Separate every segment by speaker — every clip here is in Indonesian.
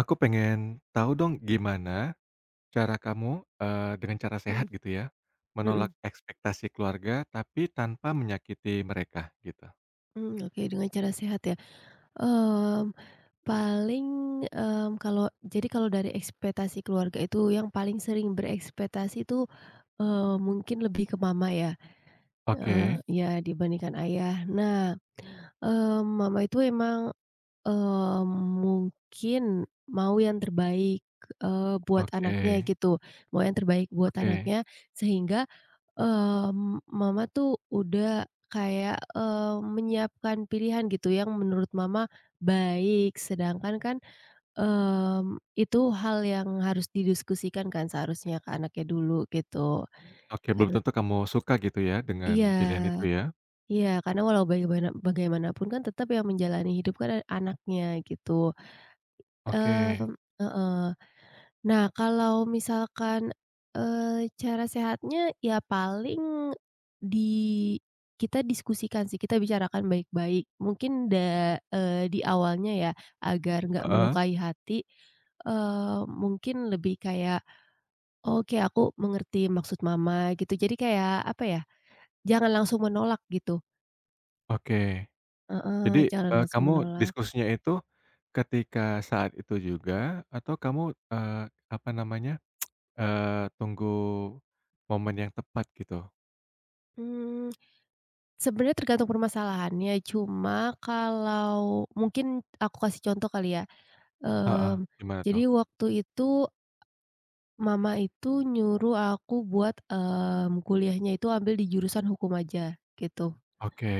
Speaker 1: Aku pengen tahu dong gimana cara kamu, dengan cara sehat
Speaker 2: Mhm.
Speaker 1: gitu ya, menolak
Speaker 2: Mhm.
Speaker 1: ekspektasi keluarga tapi tanpa menyakiti mereka gitu?
Speaker 2: Mhm, oke, dengan cara sehat ya, mmm, paling, kalau jadi kalau dari ekspektasi keluarga itu yang paling sering berekspektasi itu, mungkin lebih ke mama ya, eee,
Speaker 1: Oke,
Speaker 2: ya dibandingkan ayah. Nah, mmm, mama itu emang, Eee, mungkin, mau yang terbaik, buat
Speaker 1: oke,
Speaker 2: anaknya gitu, mau yang terbaik buat
Speaker 1: oke,
Speaker 2: anaknya sehingga, mama tuh udah kayak, menyiapkan pilihan gitu yang menurut mama baik, sedangkan kan, itu hal yang harus didiskusikan kan seharusnya ke anaknya dulu gitu.
Speaker 1: oke, belum
Speaker 2: Karena,
Speaker 1: tentu kamu suka gitu ya dengan pilihan itu
Speaker 2: iya,
Speaker 1: ya?
Speaker 2: iya, karena walau bagaimana bagaimanapun kan tetap yang menjalani hidup kan anaknya gitu.
Speaker 1: Oke,
Speaker 2: Mmm, heeh. Nah, kalau misalkan, cara sehatnya ya paling di kita diskusikan sih, kita bicarakan baik-baik. Mungkin di awalnya ya agar nggak
Speaker 1: heeh,
Speaker 2: melukai hati, mungkin lebih kayak, "Oke, aku mengerti maksud mama," gitu. Jadi kayak apa ya, jangan langsung menolak gitu.
Speaker 1: oke.
Speaker 2: Heeh,
Speaker 1: Jadi,
Speaker 2: jangan langsung
Speaker 1: kamu
Speaker 2: menolak.
Speaker 1: diskusinya itu ketika saat itu juga atau kamu, eee, apa namanya, eee, tunggu momen yang tepat gitu?
Speaker 2: Mmm. Sebenarnya tergantung permasalahannya, cuma kalau mungkin aku kasih contoh kali ya,
Speaker 1: Heeh,
Speaker 2: mmm,
Speaker 1: gimana tuh?
Speaker 2: jadi waktu itu mama itu nyuruh aku buat, kuliahnya itu ambil di jurusan hukum aja gitu,
Speaker 1: Oke,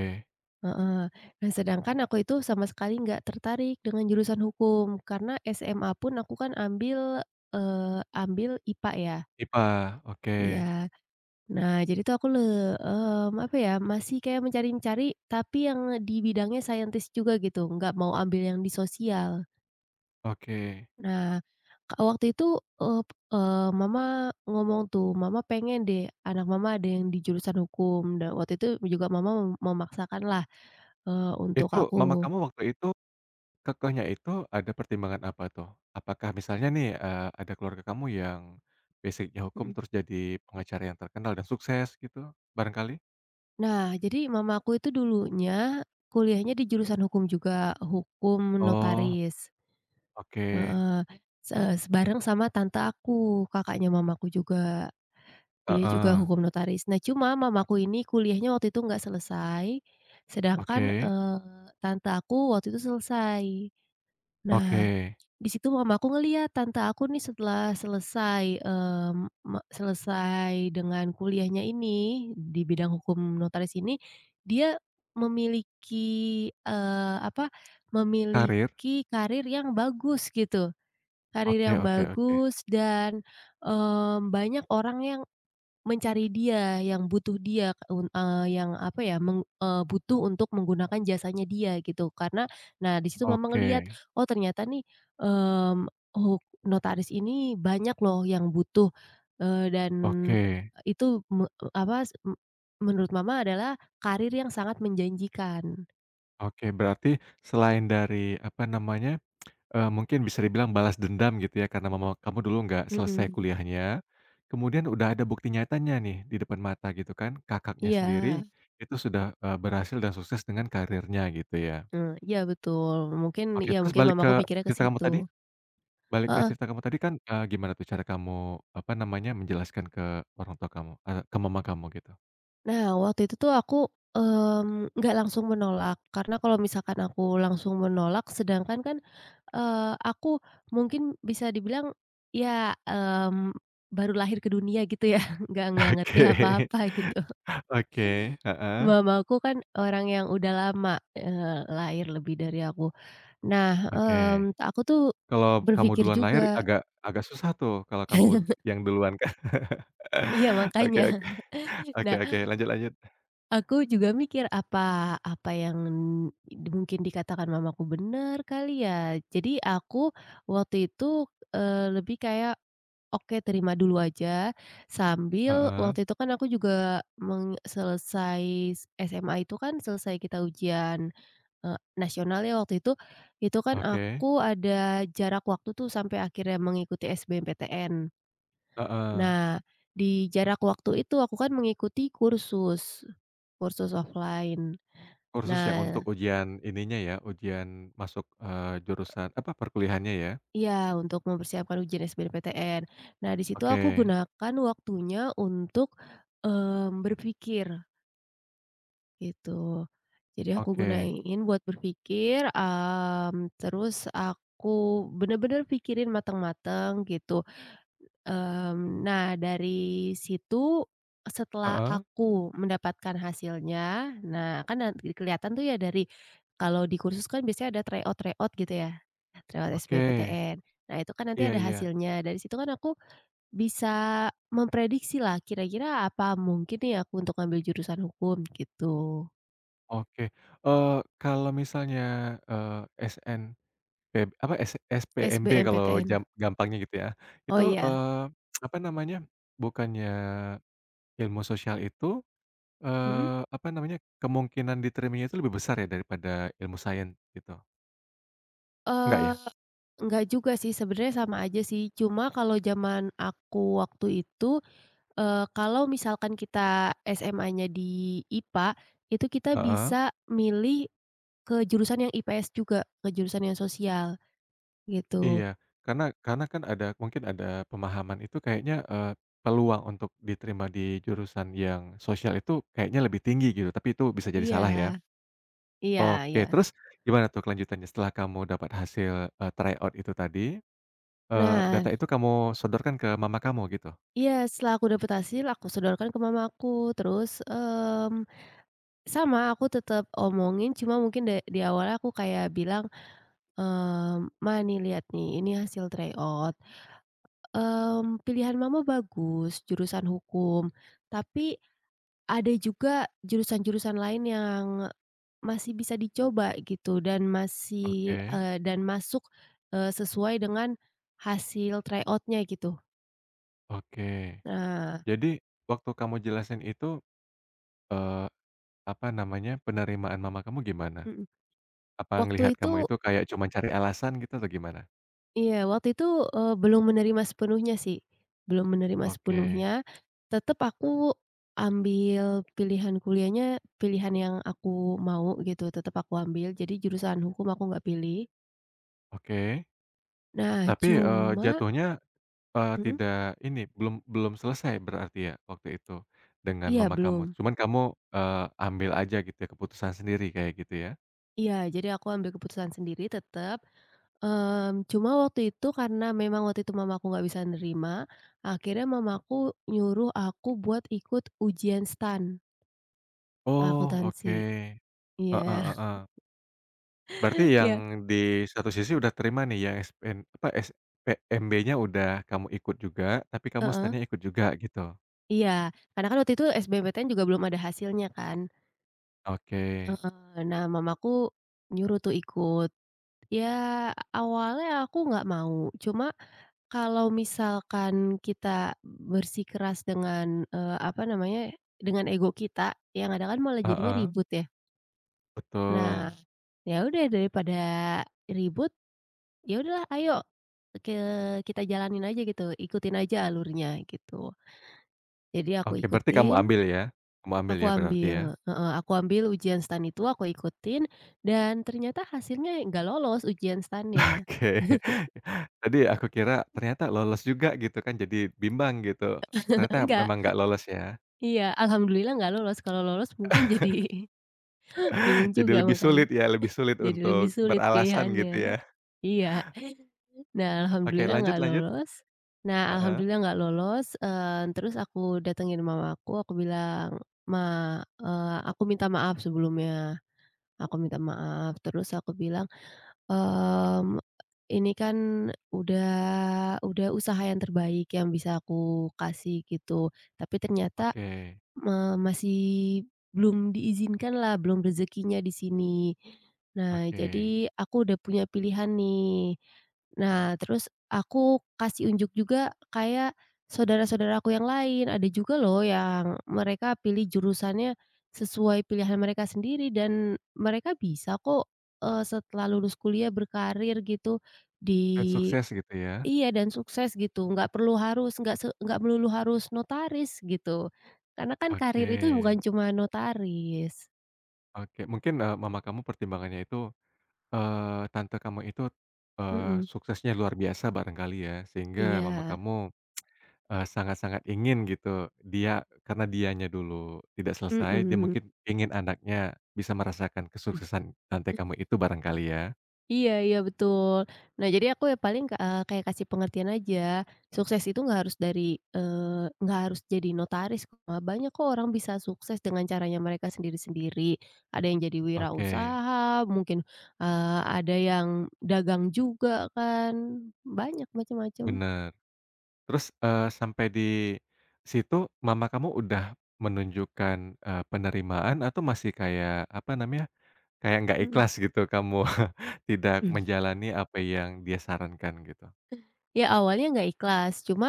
Speaker 2: heeh. Nah sedangkan aku itu sama sekali nggak tertarik dengan jurusan hukum, karena SMA pun aku kan eee, ambil IPA ya,
Speaker 1: IPA, oke,
Speaker 2: iya. Nah, jadi tuh apa ya, masih kayak mencari-mencari, tapi yang di bidangnya saintis juga gitu, nggak mau ambil yang di sosial.
Speaker 1: oke.
Speaker 2: Nah, waktu itu, eee eee, mama ngomong tuh, mama pengen deh anak mama ada yang di jurusan hukum, dan waktu itu juga mama memaksakanlah, untuk
Speaker 1: Itu mama
Speaker 2: aku.
Speaker 1: kamu waktu itu, kekehnya itu ada pertimbangan apa tuh? Apakah misalnya nih, ada keluarga kamu yang basicnya
Speaker 2: Mhm.
Speaker 1: hukum terus jadi pengacara yang terkenal dan sukses gitu, barangkali?
Speaker 2: Nah, jadi mamaku itu dulunya kuliahnya di jurusan hukum juga, hukum
Speaker 1: Oh,
Speaker 2: notaris.
Speaker 1: oke,
Speaker 2: Heeh, sebareng sama tante aku, kakaknya mamaku juga. Dia juga
Speaker 1: heeh,
Speaker 2: hukum notaris. Nah, cuma mamaku ini kuliahnya waktu itu nggak selesai,
Speaker 1: oke,
Speaker 2: sedangkan, tante aku waktu itu selesai. Nah,
Speaker 1: oke.
Speaker 2: di situ mamaku ngelihat tante aku nih setelah selesai, eee, me selesai dengan kuliahnya ini, di bidang hukum notaris ini, dia memiliki, eee, apa,
Speaker 1: Karir?
Speaker 2: memiliki karir yang bagus gitu. Karir
Speaker 1: Oke,
Speaker 2: yang
Speaker 1: oke, oke.
Speaker 2: bagus dan, banyak orang yang mencari dia, yang butuh dia, yang apa ya, butuh untuk menggunakan jasanya dia gitu. Karena nah di situ mama
Speaker 1: Oke,
Speaker 2: ngelihat, oh ternyata nih, mmm, oh notaris ini banyak loh yang butuh, dan
Speaker 1: oke,
Speaker 2: itu me apa, s- m menurut mama adalah karir yang sangat menjanjikan.
Speaker 1: oke. Berarti selain dari, apa namanya. Mungkin bisa dibilang balas dendam gitu ya karena mama kamu dulu nggak selesai
Speaker 2: Mhm,
Speaker 1: kuliahnya, kemudian udah ada bukti nyatanya nih di depan mata gitu kan, kakaknya
Speaker 2: iya,
Speaker 1: sendiri itu sudah, berhasil dan sukses dengan karirnya gitu ya.
Speaker 2: iya betul, mungkin
Speaker 1: Oke,
Speaker 2: ya
Speaker 1: terus
Speaker 2: mamaku mikirnya ke
Speaker 1: cerita kamu
Speaker 2: situ.
Speaker 1: tadi balik ke cerita kamu tadi kan, gimana tuh cara kamu, apa namanya, menjelaskan ke orang tua kamu, ke mama kamu gitu?
Speaker 2: Nah, waktu itu tuh aku, nggak langsung menolak, karena kalau misalkan aku langsung menolak, sedangkan kan, aku mungkin bisa dibilang ya, baru lahir ke dunia gitu ya, nggak nggak ngerti
Speaker 1: Oke,
Speaker 2: apa-apa gitu.
Speaker 1: oke, heeh,
Speaker 2: Mamaku kan orang yang udah lama, lahir lebih dari aku. Nah,
Speaker 1: oke.
Speaker 2: aku tuh
Speaker 1: Kalau kamu
Speaker 2: berpikir
Speaker 1: duluan lahir
Speaker 2: juga.
Speaker 1: agak agak susah tuh kalau kamu yang duluan kan.
Speaker 2: Iya,
Speaker 1: Oke,
Speaker 2: makanya.
Speaker 1: oke, oke,
Speaker 2: Nah,
Speaker 1: oke, lanjut, lanjut.
Speaker 2: aku juga mikir, apa apa yang mungkin dikatakan mamaku benar kali ya? Jadi aku waktu itu, lebih kayak, "Oke terima dulu aja," sambil
Speaker 1: Heeh,
Speaker 2: waktu itu kan aku juga selesai SMA itu kan selesai kita ujian, nasional ya waktu itu kan
Speaker 1: oke,
Speaker 2: aku ada jarak waktu tuh sampai akhirnya mengikuti SBMPTN.
Speaker 1: heeh.
Speaker 2: Nah, di jarak waktu itu aku kan mengikuti kursus, kursus offline.
Speaker 1: Kursus ya
Speaker 2: Nah
Speaker 1: untuk ujian ininya ya, ujian masuk, jurusan apa, perkuliahannya ya?
Speaker 2: iya, untuk mempersiapkan ujian SBMPTN. Nah, di situ aku
Speaker 1: Oke,
Speaker 2: gunakan waktunya untuk, berpikir, gitu. Jadi aku
Speaker 1: oke,
Speaker 2: gunain buat berpikir, terus aku bener-bener pikirin mateng-mateng gitu. Mmm, nah dari situ, setelah
Speaker 1: heeh,
Speaker 2: aku mendapatkan hasilnya, nah kan nan kelihatan tuh ya dari, kalau di kursus kan biasanya ada tryout-tryout gitu ya, tryout
Speaker 1: oke,
Speaker 2: SBMPTN. Nah itu kan nanti
Speaker 1: iya,
Speaker 2: ada
Speaker 1: iya,
Speaker 2: hasilnya, dari situ kan aku bisa memprediksi lah kira-kira apa mungkin nih aku untuk ngambil jurusan hukum gitu.
Speaker 1: oke. Eee, Kalau misalnya, eh, S eee, SNP apa, SSPMB kalau
Speaker 2: SBMPTN.
Speaker 1: jam gampangnya gitu ya,
Speaker 2: Oh
Speaker 1: itu,
Speaker 2: iya,
Speaker 1: apa namanya, bukannya ilmu sosial itu,
Speaker 2: mhm.
Speaker 1: apa namanya, kemungkinan diterimanya itu lebih besar ya daripada ilmu sains gitu? Enggak
Speaker 2: Eee,
Speaker 1: ya?
Speaker 2: enggak juga sih sebenarnya sama aja sih, cuma kalau zaman aku waktu itu, kalau misalkan kita SMA-nya di IPA, itu kita
Speaker 1: Heeh.
Speaker 2: bisa milih ke jurusan yang IPS juga, ke jurusan yang sosial, gitu.
Speaker 1: Iya, karena kan ada mungkin ada pemahaman itu kayaknya, peluang untuk diterima di jurusan yang sosial itu kayaknya lebih tinggi gitu, tapi itu bisa jadi
Speaker 2: Iya,
Speaker 1: salah ya.
Speaker 2: iya,
Speaker 1: Oke,
Speaker 2: iya.
Speaker 1: terus gimana tuh kelanjutannya setelah kamu dapat hasil, tryout itu tadi,
Speaker 2: Nah
Speaker 1: data itu kamu sodorkan ke mama kamu gitu?
Speaker 2: iya, setelah aku dapet hasil, aku sodorkan ke mamaku, terus, sama aku tetap omongin, cuma mungkin di awal aku kayak bilang, "Ma nih lihat nih, ini hasil tryout, mmm, pilihan mama bagus, jurusan hukum, tapi." Ada juga jurusan-jurusan lain yang masih bisa dicoba gitu, dan masih,
Speaker 1: Oke,
Speaker 2: eee, dan masuk, sesuai dengan hasil tryout-nya gitu.
Speaker 1: oke.
Speaker 2: Nah.
Speaker 1: Jadi waktu kamu jelasin itu, eee Apa namanya, penerimaan mama kamu gimana?
Speaker 2: Mhm.
Speaker 1: Apa
Speaker 2: Waktu
Speaker 1: ngelihat
Speaker 2: itu,
Speaker 1: kamu itu kayak cuma cari alasan gitu atau gimana?
Speaker 2: iya, waktu itu, belum menerima sepenuhnya sih, belum menerima
Speaker 1: Oke,
Speaker 2: sepenuhnya, tetep aku ambil pilihan kuliahnya, pilihan yang aku mau gitu, tetep aku ambil, jadi jurusan hukum aku nggak pilih.
Speaker 1: oke.
Speaker 2: Nah
Speaker 1: Tapi,
Speaker 2: cuma.
Speaker 1: jatuhnya,
Speaker 2: Mhm.
Speaker 1: tidak ini, belum belum selesai berarti ya waktu itu dengan
Speaker 2: Iya,
Speaker 1: mama kamu?
Speaker 2: belum.
Speaker 1: Cuman kamu, ambil aja gitu ya keputusan sendiri kayak gitu ya?
Speaker 2: Iya, jadi aku ambil keputusan sendiri tetap, cuma waktu itu karena memang waktu itu mamaku nggak bisa nerima, akhirnya mamaku nyuruh aku buat ikut ujian STAN,
Speaker 1: Oh, oke.
Speaker 2: akuntansi.
Speaker 1: Heeh,
Speaker 2: Iya.
Speaker 1: heeh. Heeh. Berarti yang
Speaker 2: Iya.
Speaker 1: di satu sisi udah terima nih yang SPN apa, SPMB-nya udah kamu ikut juga, tapi kamu
Speaker 2: Heeh,
Speaker 1: stan ikut juga gitu?
Speaker 2: iya. Karena kan waktu itu SBMPTN juga belum ada hasilnya kan.
Speaker 1: Oke.
Speaker 2: Heeh. Nah, mamaku nyuruh tuh ikut. Ya, awalnya aku nggak mau, cuma kalau misalkan kita bersikeras dengan, eee, apa namanya, dengan ego kita, yang ada kan malah jadinya
Speaker 1: Heeh.
Speaker 2: ribut ya. Nah,
Speaker 1: Betul.
Speaker 2: ya udah daripada ribut, ya udahlah ayo ke kita jalanin aja gitu, ikutin aja alurnya gitu. Jadi aku
Speaker 1: Oke, berarti kamu
Speaker 2: ikutin,
Speaker 1: ambil ya? Kamu ambil ya berarti ya?
Speaker 2: aku ambil ujian STAN itu, aku ikutin dan ternyata hasilnya nggak lolos ujian STAN-nya.
Speaker 1: Oke. Tadi aku kira ternyata lolos juga gitu kan, jadi bimbang gitu. Ternyata
Speaker 2: Enggak.
Speaker 1: memang nggak lolos ya?
Speaker 2: Iya, alhamdulillah nggak lolos, kalau lolos mungkin jadi bingung
Speaker 1: Jadi
Speaker 2: juga
Speaker 1: lebih
Speaker 2: makanya,
Speaker 1: sulit ya, lebih sulit
Speaker 2: jadi lebih
Speaker 1: untuk
Speaker 2: sulit
Speaker 1: beralasan gitu
Speaker 2: pilihannya.
Speaker 1: ya?
Speaker 2: Iya, nah
Speaker 1: Oke,
Speaker 2: alhamdulillah nggak
Speaker 1: lanjut, lanjut,
Speaker 2: lolos nah
Speaker 1: heeh.
Speaker 2: alhamdulillah nggak lolos, terus aku datengin mama aku. Aku bilang, "Ma, eee, aku minta maaf sebelumnya, aku minta maaf." Terus aku bilang, mmm, "Ini kan udah udah usaha yang terbaik yang bisa aku kasih," gitu. Tapi ternyata,
Speaker 1: Oke,
Speaker 2: Masih belum diizinkan lah, belum rezekinya di sini. Nah,
Speaker 1: oke.
Speaker 2: jadi aku udah punya pilihan nih. Nah, terus aku kasih unjuk juga kayak saudara-saudara aku yang lain, ada juga loh yang mereka pilih jurusannya sesuai pilihan mereka sendiri dan mereka bisa kok, setelah lulus kuliah berkarir gitu
Speaker 1: Dan
Speaker 2: di.
Speaker 1: sukses gitu ya?
Speaker 2: Iya, dan sukses gitu, nggak perlu harus, nggak melulu harus notaris gitu. Karena kan karir
Speaker 1: Oke,
Speaker 2: itu bukan cuma notaris.
Speaker 1: oke. Mungkin, mama kamu pertimbangannya itu, tante kamu itu,
Speaker 2: Mhm,
Speaker 1: suksesnya luar biasa barangkali ya, sehingga mama
Speaker 2: iya,
Speaker 1: kamu sangat-sangat ingin gitu, dia karena dianya dulu tidak selesai, dia
Speaker 2: mhm,
Speaker 1: mungkin ingin anaknya bisa merasakan kesuksesan tante kamu itu barangkali ya?
Speaker 2: iya, iya betul. Nah jadi aku ya paling, kayak kasih pengertian aja, sukses itu nggak harus dari, nggak harus jadi notaris kok, banyak kok orang bisa sukses dengan caranya mereka sendiri-sendiri. Ada yang jadi
Speaker 1: Oke,
Speaker 2: wirausaha, mungkin, ada yang dagang juga kan, banyak macam-macam,
Speaker 1: bener. Terus, sampai di situ mama kamu udah menunjukkan, penerimaan atau masih kayak, apa namanya, kayak nggak
Speaker 2: mhm.
Speaker 1: ikhlas gitu kamu tidak
Speaker 2: Mmm,
Speaker 1: menjalani apa yang dia sarankan gitu?
Speaker 2: ya awalnya nggak ikhlas cuma,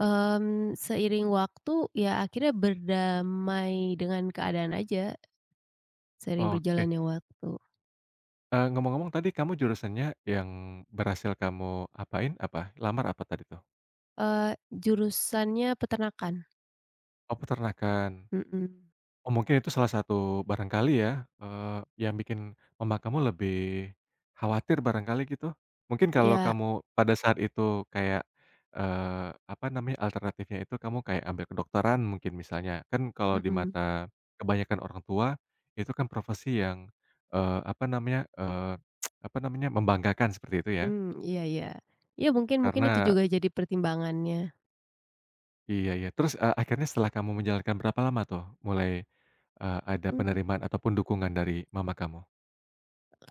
Speaker 2: seiring waktu ya akhirnya berdamai dengan keadaan aja seiring
Speaker 1: Oke,
Speaker 2: berjalannya waktu,
Speaker 1: ngomong-ngomong tadi kamu jurusannya yang berhasil kamu apain apa? Lamar apa tadi tuh?
Speaker 2: jurusannya peternakan,
Speaker 1: Oh, peternakan.
Speaker 2: mhm,
Speaker 1: Oh, mungkin itu salah satu barangkali ya, yang bikin mama kamu lebih khawatir barangkali gitu? Mungkin kalau
Speaker 2: ya,
Speaker 1: kamu pada saat itu kayak, apa namanya, alternatifnya itu kamu kayak ambil kedokteran mungkin misalnya. Kan kalau di
Speaker 2: mhm,
Speaker 1: mata kebanyakan orang tua, itu kan profesi yang, apa namanya, apa namanya, membanggakan seperti itu ya.
Speaker 2: iya, iya, ya mungkin mungkin itu
Speaker 1: Karena
Speaker 2: juga jadi pertimbangannya,
Speaker 1: iya, iya. Terus, akhirnya setelah kamu menjalankan berapa lama tuh mulai, ada
Speaker 2: mmm,
Speaker 1: penerimaan ataupun dukungan dari mama kamu?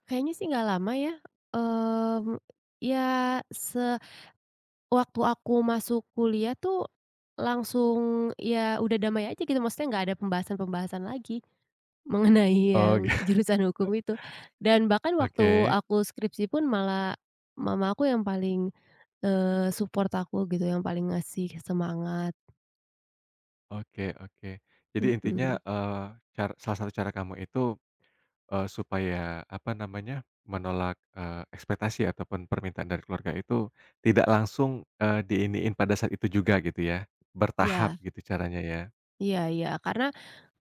Speaker 2: kayaknya sih nggak lama ya, mmm, ya se waktu aku masuk kuliah tuh langsung ya udah damai aja gitu, maksudnya nggak ada pembahasan-pembahasan lagi. Mengenai yang
Speaker 1: Oh,
Speaker 2: jurusan hukum itu, dan bahkan waktu
Speaker 1: Oke.
Speaker 2: aku skripsi pun malah mama aku yang paling, support aku gitu, yang paling ngasih semangat,
Speaker 1: Oke, oke. Jadi intinya,
Speaker 2: mhm.
Speaker 1: salah satu cara kamu itu, supaya apa namanya, menolak, ekspektasi ataupun permintaan dari keluarga itu tidak langsung, diiniin pada saat itu juga gitu ya? Bertahap
Speaker 2: Iya,
Speaker 1: gitu caranya ya?
Speaker 2: iya, iya, karena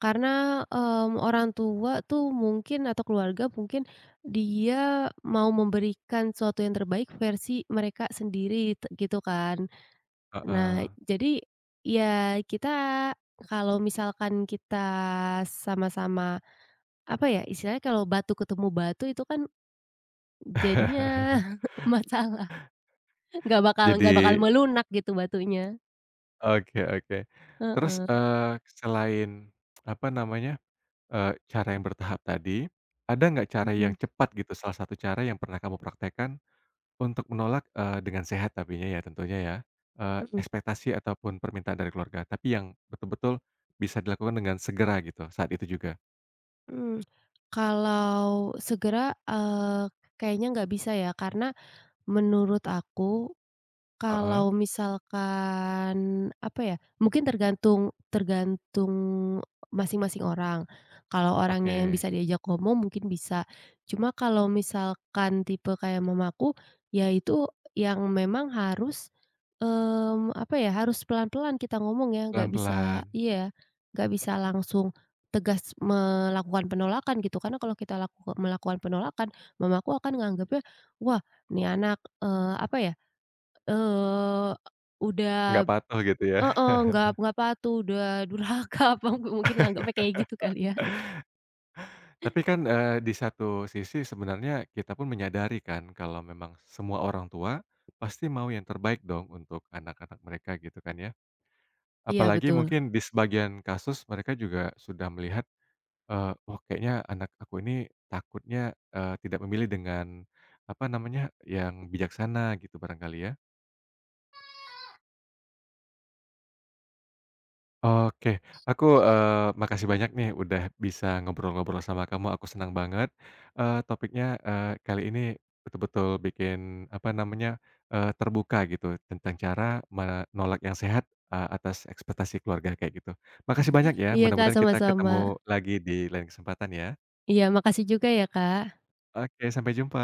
Speaker 2: karena, orang tua tuh mungkin atau keluarga mungkin dia mau memberikan sesuatu yang terbaik versi mereka sendiri, gitu kan. Nah,
Speaker 1: Heeh.
Speaker 2: jadi ya kita kalau misalkan kita sama-sama. Apa ya, istilahnya kalau batu ketemu batu itu kan jadinya masalah, nggak bakal
Speaker 1: Jadi,
Speaker 2: melunak gitu batunya.
Speaker 1: oke, oke. Terus,
Speaker 2: Heeh,
Speaker 1: selain, apa namanya, cara yang bertahap tadi, ada nggak cara yang
Speaker 2: mhm,
Speaker 1: cepat gitu, salah satu cara yang pernah kamu praktekkan untuk menolak, dengan sehat tapinya ya tentunya ya,
Speaker 2: mhm,
Speaker 1: ekspektasi ataupun permintaan dari keluarga, tapi yang betul-betul bisa dilakukan dengan segera gitu, saat itu juga?
Speaker 2: mhm. Kalau segera, eee, kayaknya nggak bisa ya, karena menurut aku.
Speaker 1: Heeh,
Speaker 2: Kalau misalkan, apa ya, mungkin tergantung tergantung masing-masing orang. Kalau orangnya yang
Speaker 1: oke,
Speaker 2: bisa diajak ngomong mungkin bisa. Cuma kalau misalkan tipe kayak mamaku, ya itu yang memang harus, apa ya, harus pelan-pelan kita ngomong ya, nggak bisa
Speaker 1: pelan-pelan,
Speaker 2: iya, nggak bisa langsung tegas melakukan penolakan gitu. Karena kalau kita melakukan penolakan, mamaku akan nganggapnya, "Wah, nih anak, eee, apa ya." Eee, udah.
Speaker 1: nggak patuh gitu ya?
Speaker 2: Heeh, nggak patuh, udah durhaka, apa mungkin nganggapnya kayak gitu kali ya.
Speaker 1: Tapi kan, di satu sisi sebenarnya kita pun menyadari kan kalau memang semua orang tua pasti mau yang terbaik dong untuk anak-anak mereka gitu kan ya.
Speaker 2: Iya
Speaker 1: Apalagi
Speaker 2: betul.
Speaker 1: mungkin di sebagian kasus mereka juga sudah melihat, "Wah kayaknya anak aku ini takutnya, tidak memilih dengan apa namanya, yang bijaksana," gitu barangkali ya? Oke, aku, makasih banyak nih udah bisa ngobrol-ngobrol sama kamu, aku senang banget. Topiknya, kali ini betul-betul bikin, apa namanya, terbuka gitu tentang cara menolak yang sehat, atas ekspektasi keluarga kayak gitu. Makasih banyak ya,
Speaker 2: Iya Kak,
Speaker 1: mudah-mudahan kita
Speaker 2: sama-sama.
Speaker 1: ketemu lagi di lain kesempatan ya.
Speaker 2: Iya makasih juga ya Kak.
Speaker 1: Oke, sampai jumpa.